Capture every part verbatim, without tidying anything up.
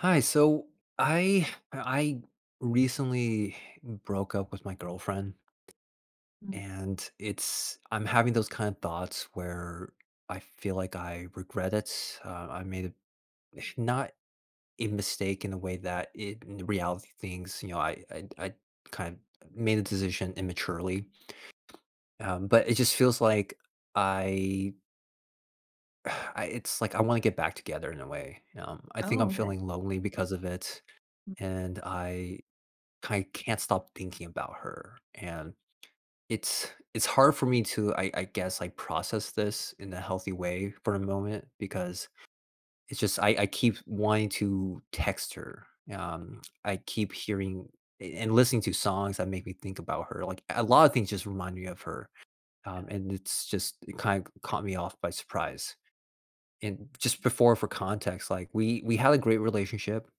Hi. So I I recently broke up with my girlfriend Mm. and it's I'm having those kind of thoughts where I feel like I regret it. Uh, I made a, not a mistake in the way that it, in reality things, you know, I, I I kind of made a decision immaturely. Um, but it just feels like I, I it's like I want to get back together in a way. Um, I think I'm Oh, okay. feeling lonely because of it Mm, and I I can't stop thinking about her, and it's it's hard for me to, I I guess, like, process this in a healthy way for a moment because it's just I I keep wanting to text her. Um, I keep hearing and listening to songs that make me think about her, like, a lot of things just remind me of her. um, sure. and it's just it kind of caught me off by surprise, and just before for context, like, we we had a great relationship.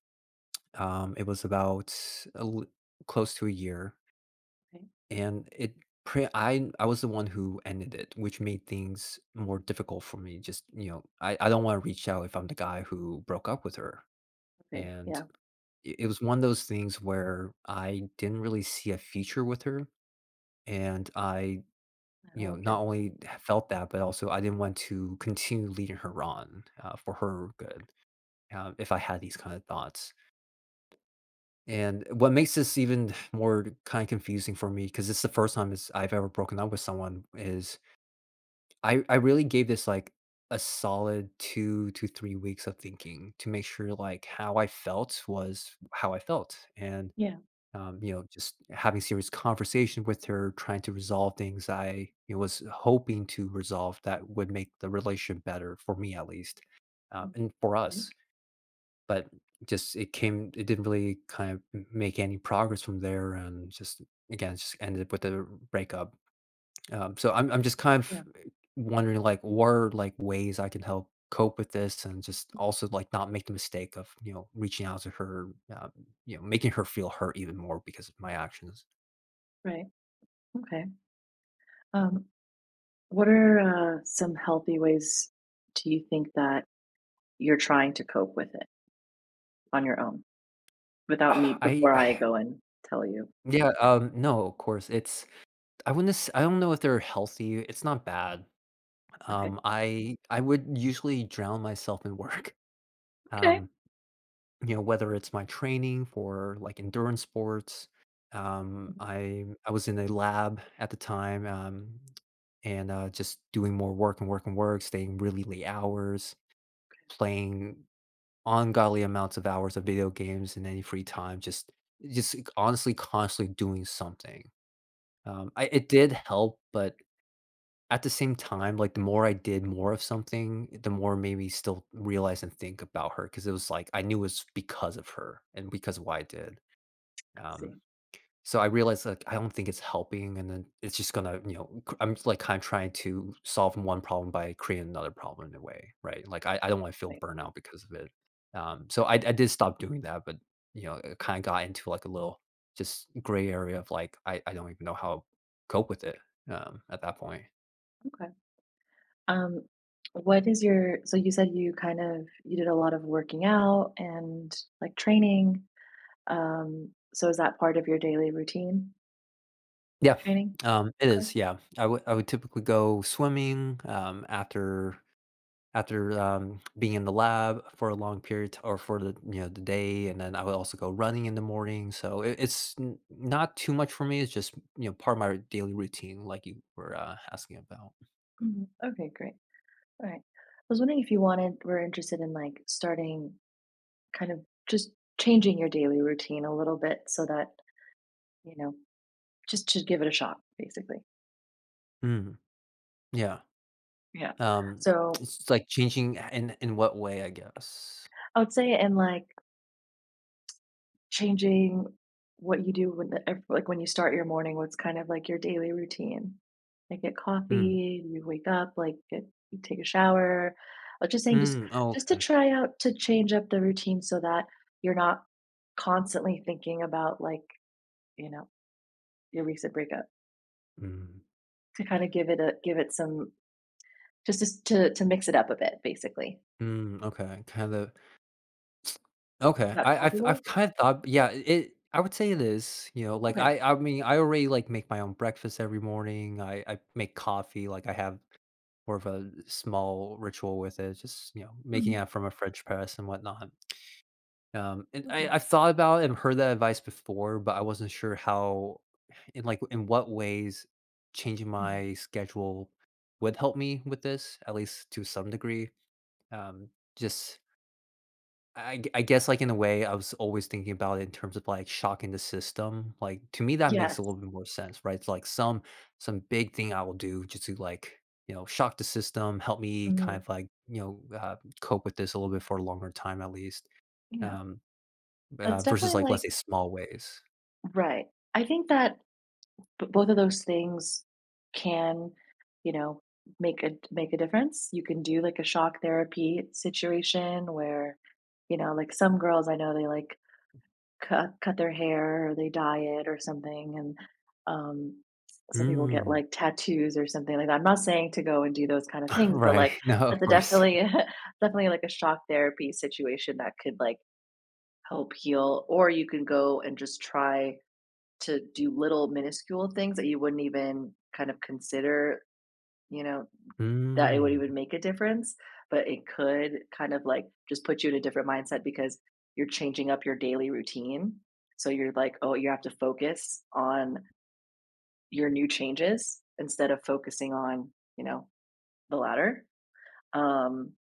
Um, it was about a l- close to a year. Okay. And it pre I I was the one who ended it, which made things more difficult for me. Just, you know, I, I don't want to reach out if I'm the guy who broke up with her. Okay. And Yeah. it, it was one of those things where I didn't really see a future with her. And I, you Oh, know, okay. not only felt that, but also I didn't want to continue leading her on uh, for her good uh, if I had these kind of thoughts. And what makes this even more kind of confusing for me, because it's the first time is I've ever broken up with someone, is I I really gave this, like, a solid two to three weeks of thinking to make sure, like, how I felt was how I felt, and, Yeah. um, you know, just having serious conversation with her, trying to resolve things I, you know, was hoping to resolve that would make the relationship better, for me at least, um, Mm. and for Yeah. us, but just it came it didn't really kind of make any progress from there, and just again, just ended with a breakup. Um, so I'm I'm just kind Yeah. of wondering like what are like ways I can help cope with this and just also like not make the mistake of you know reaching out to her. um, you know, Making her feel hurt even more because of my actions. Right. Okay. Um, what are uh, some healthy ways do you think that you're trying to cope with it on your own without me Ah, I before I I go and tell you? yeah, um no, of course it's I wouldn't s- I don't know if they're healthy. It's not bad. Okay. Um, I I would usually drown myself in work. Okay. Um, you know whether it's my training for like endurance sports. um Mhm. i i was in a lab at the time, um and uh just doing more work and work and work, staying really late hours, playing ungodly amounts of hours of video games in any free time, just just like, honestly constantly doing something. Um I, it did help but at the same time, like, the more I did more of something, the more maybe still realize and think about her because it was like, I knew it was because of her and because of what I did. I Um, see. so I realized, like, I don't think it's helping, and then it's just gonna, you know, i I'm like, kinda trying to solve one problem by creating another problem in a way, right? Like, I I don't wanna feel Right. burnout because of it. Um, so I I did stop doing that, but, you know, it kinda got into, like, a little just gray area of, like, I I don't even know how to cope with it, um, at that point. Okay. Um, what is your, so you said you kind of, you did a lot of working out and like training. Um, so is that part of your daily routine? Yeah, Training? um, it is, yeah. I would I would typically go swimming, um, after after, um, being in the lab for a long period or for the you know, the day, and then I would also go running in the morning, so it it's n not too much for me, it's just, you know, part of my daily routine like you were, uh, asking about. Mhm. Okay, great. All right. I was wondering if you wanted, were interested in like starting kind of just changing your daily routine a little bit so that, you know, just to give it a shot, basically. Mm, yeah, Yeah. um, So it's like changing in in what way, I guess? I would say in like changing what you do when the ev like, when you start your morning, what's kind of, like, your daily routine? Like, get Mm. coffee, you wake up, like, get you take a shower. i was just saying just Mm, oh, just to okay. try out to change up the routine so that you're not constantly thinking about, like, you know, your recent breakup, Mm, to kinda give it a give it some just just to to mix it up a bit, basically. mm, okay, kinda Is okay, that I I've possible? I've kind of thought yeah, it I would say it is, you know, like, Okay. I I mean, I already, like, make my own breakfast every morning, I I make coffee, like, I have more of a small ritual with it, just, you know, making Mhm. it from a French press and whatnot. um, and I Okay. I've thought about and heard that advice before, but I wasn't sure how in, like, in what ways changing Mhm. my schedule would help me with this, at least to some degree. Um, just I I guess, like, in a way, I was always thinking about it in terms of, like, shocking the system. Like, to me, that makes a Yes. little bit more sense, right? It's like some some big thing I will do just to, like, you know, shock the system, help me kind Mhm. of, like, you know, uh, cope with this a little bit for a longer time at least, Yeah. um, uh, That's versus, definitely, like, like. let's say small ways. Right. I think that. But both of those things can, you know, make a make a difference. You can do like a shock therapy situation where, you know, like some girls I know they like cut cut their hair or they dye it or something, and um, some people get Mm. like tattoos or something like that. I'm not saying to go and do those kind of things, but Right. like No, of that's a course. definitely definitely like a shock therapy situation that could like help heal. Or you can go and just try to do little minuscule things that you wouldn't even kind of consider, you know, that it would Mm. even make a difference, but it could kind of like just put you in a different mindset because you're changing up your daily routine. So you're like, oh, you have to focus on your new changes instead of focusing on, you know, the latter. Um,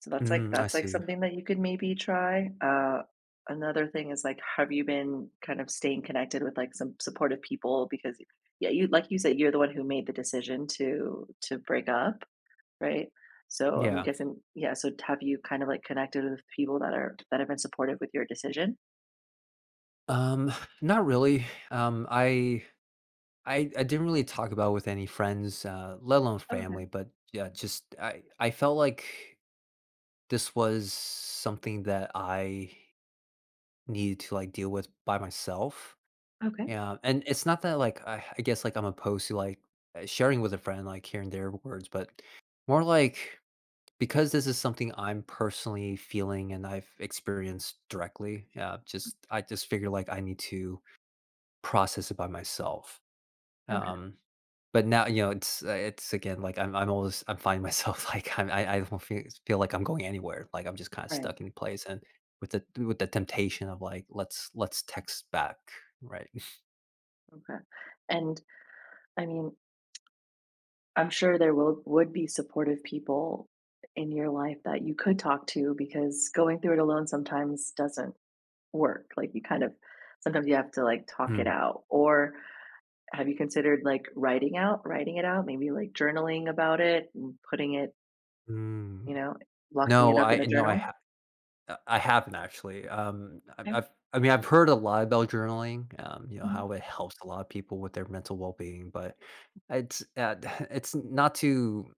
So that's like Mm, I that's like see. something that you could maybe try. Uh, another thing is like, have you been kind of staying connected with like some supportive people? Because yeah, you like you said, you're the one who made the decision to to break up, right? So I'm Yeah. guessing, yeah. So have you kind of like connected with people that are that have been supportive with your decision? Um, not really. Um, I I I didn't really talk about with any friends, uh, let alone Okay. family, but yeah, just I I felt like this was something that I needed to like deal with by myself. Okay. Yeah, and it's not that like I, I guess like I'm opposed to like uh, sharing with a friend, like hearing their words, but more like because this is something I'm personally feeling and I've experienced directly. Yeah, just I just figure like I need to process it by myself. Okay. Um, But now, you know, it's uh, it's again, like, I'm I'm always I'm finding myself, like, I'm I I don't feel feel like I'm going anywhere, like, I'm just kinda Right. stuck in place and with the with the temptation of, like, "Let's let's text back." Right. Okay. And I mean, I'm sure there will would be supportive people in your life that you could talk to because going through it alone sometimes doesn't work. Like, you kind of sometimes you have to, like, talk it Mm, out, or have you considered, like, writing out writing it out, maybe, like, journaling about it and putting it, mm. you know, locking it No, up in a I no, I journal? ha uh, I haven't actually. um, I've Okay, I've I mean, I've heard a lot about journaling, um, you know, mhm, how it helps a lot of people with their mental well-being, but it's, uh, it's not too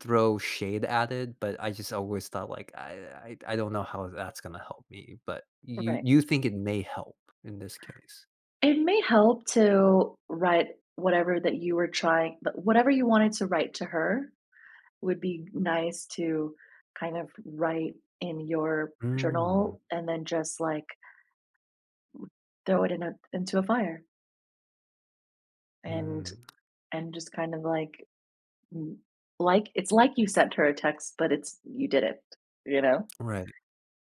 throw shade at it, but I just always thought like I I I don't know how that's gonna help me, but you right. you think it may help in this case. It may help to write whatever that you were trying but whatever you wanted to write to her would be nice to kind of write in your Mm, journal and then just, like, throw it in a into a fire and mm. and just kind of, like. Mm. Like it's like you sent her a text, but it's you didn't, you know, Right.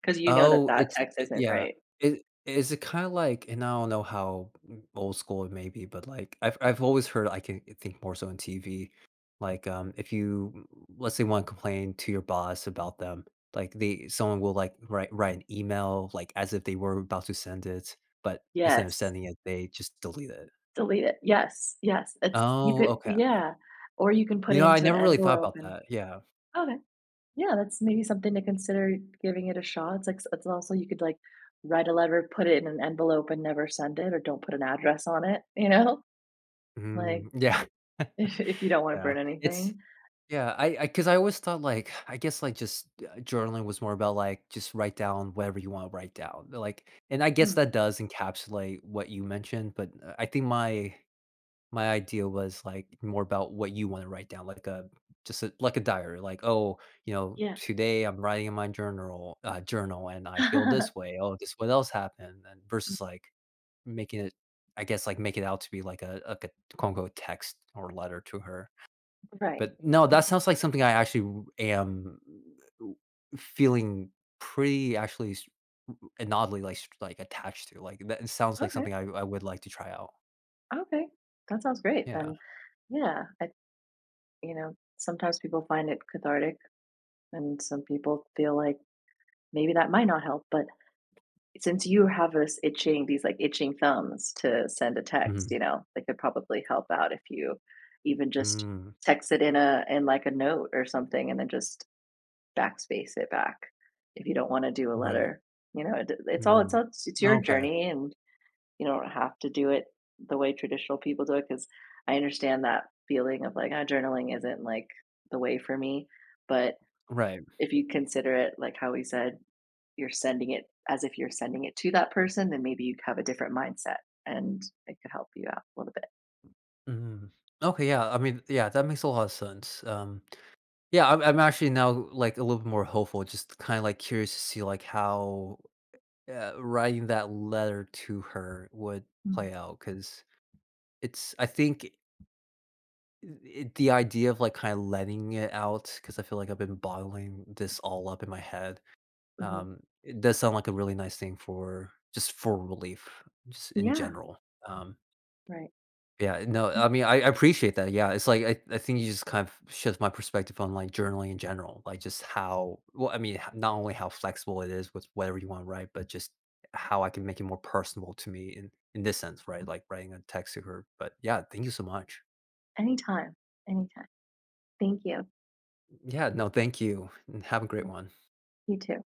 because you know that Oh, that it's text it isn't yeah. great. It is it kinda like and I don't know how old school it may be, but, like, I've I've always heard I can think more so on T V, like, um, if you, let's say, wanna complain to your boss about them, like, they someone will, like, write write an email, like, as if they were about to send it, but instead of Yes. sending it, they just delete it. Delete it. Yes, yes. It's you Oh, could, okay. yeah. Or you can put You it know, I into an never really thought envelope about and. that, yeah. Okay. Yeah, that's maybe something to consider giving it a shot. It's like it's also you could, like, write a letter, put it in an envelope, and never send it, or don't put an address on it, you know? Like, Mm, yeah. if if you don't wanna Yeah. burn It's anything. yeah, I because I 'cause I always thought, like, I guess, like, just, uh, journaling was more about, like, just write down whatever you wanna write down, like and I guess Hmm. that does encapsulate what you mentioned, but, uh, I think my my idea was, like, more about what you wanna write down, like a just a like a diary, like, "Oh, you know, Yeah. today I'm writing in my journal uh, journal, and I feel this way. Oh, this what else happened," and versus, like, making it I guess, like, make it out to be like a like a quote, unquote, "text" or letter to her. Right. But no, Mm. that sounds like something I actually am feeling pretty actually s- and oddly like s- like attached to. Like that sounds like Okay. something I, I would like to try out. Okay, that sounds great Yeah. then. Yeah, I, you know, sometimes people find it cathartic, and some people feel like maybe that might not help. But since you have this itching, these like itching thumbs to send a text, Mhm. you know, they could probably help out if you even just Mm. text it in a in like a note or something, and then just backspace it back if you don't want to do a Right. letter. You know, it, it's all it's Mm. all, it's your Okay. journey, and you don't have to do it the way traditional people do it because I understand that feeling of like, "Ah, journaling isn't, like, the way for me," but Right. if you consider it, like how we said, you're sending it as if you're sending it to that person, then maybe you have a different mindset, and it could help you out a little bit. Mm. Okay. Yeah. I mean, yeah, that makes a lot of sense. Um, yeah, I'm, I'm actually now like a little bit more hopeful. Just kind of like curious to see like how uh, writing that letter to her would Mm, play out because it's. I think It the idea of, like, kinda letting it out because I feel like I've been bottling this all up in my head, mhm. um, it does sound like a really nice thing for just for relief, just in Yeah. general. um, Right. yeah, no, I mean, I I appreciate that, yeah, it's like, I I think you just kind of shift my perspective on, like, journaling in general, like, just how well, I mean, h- not only how flexible it is with whatever you wanna write, but just how I can make it more personable to me in in this sense, right, like, writing a text to her, but yeah, thank you so much. Anytime, anytime. Thank you. Yeah, no, thank you, and have a great Mm. one. You too.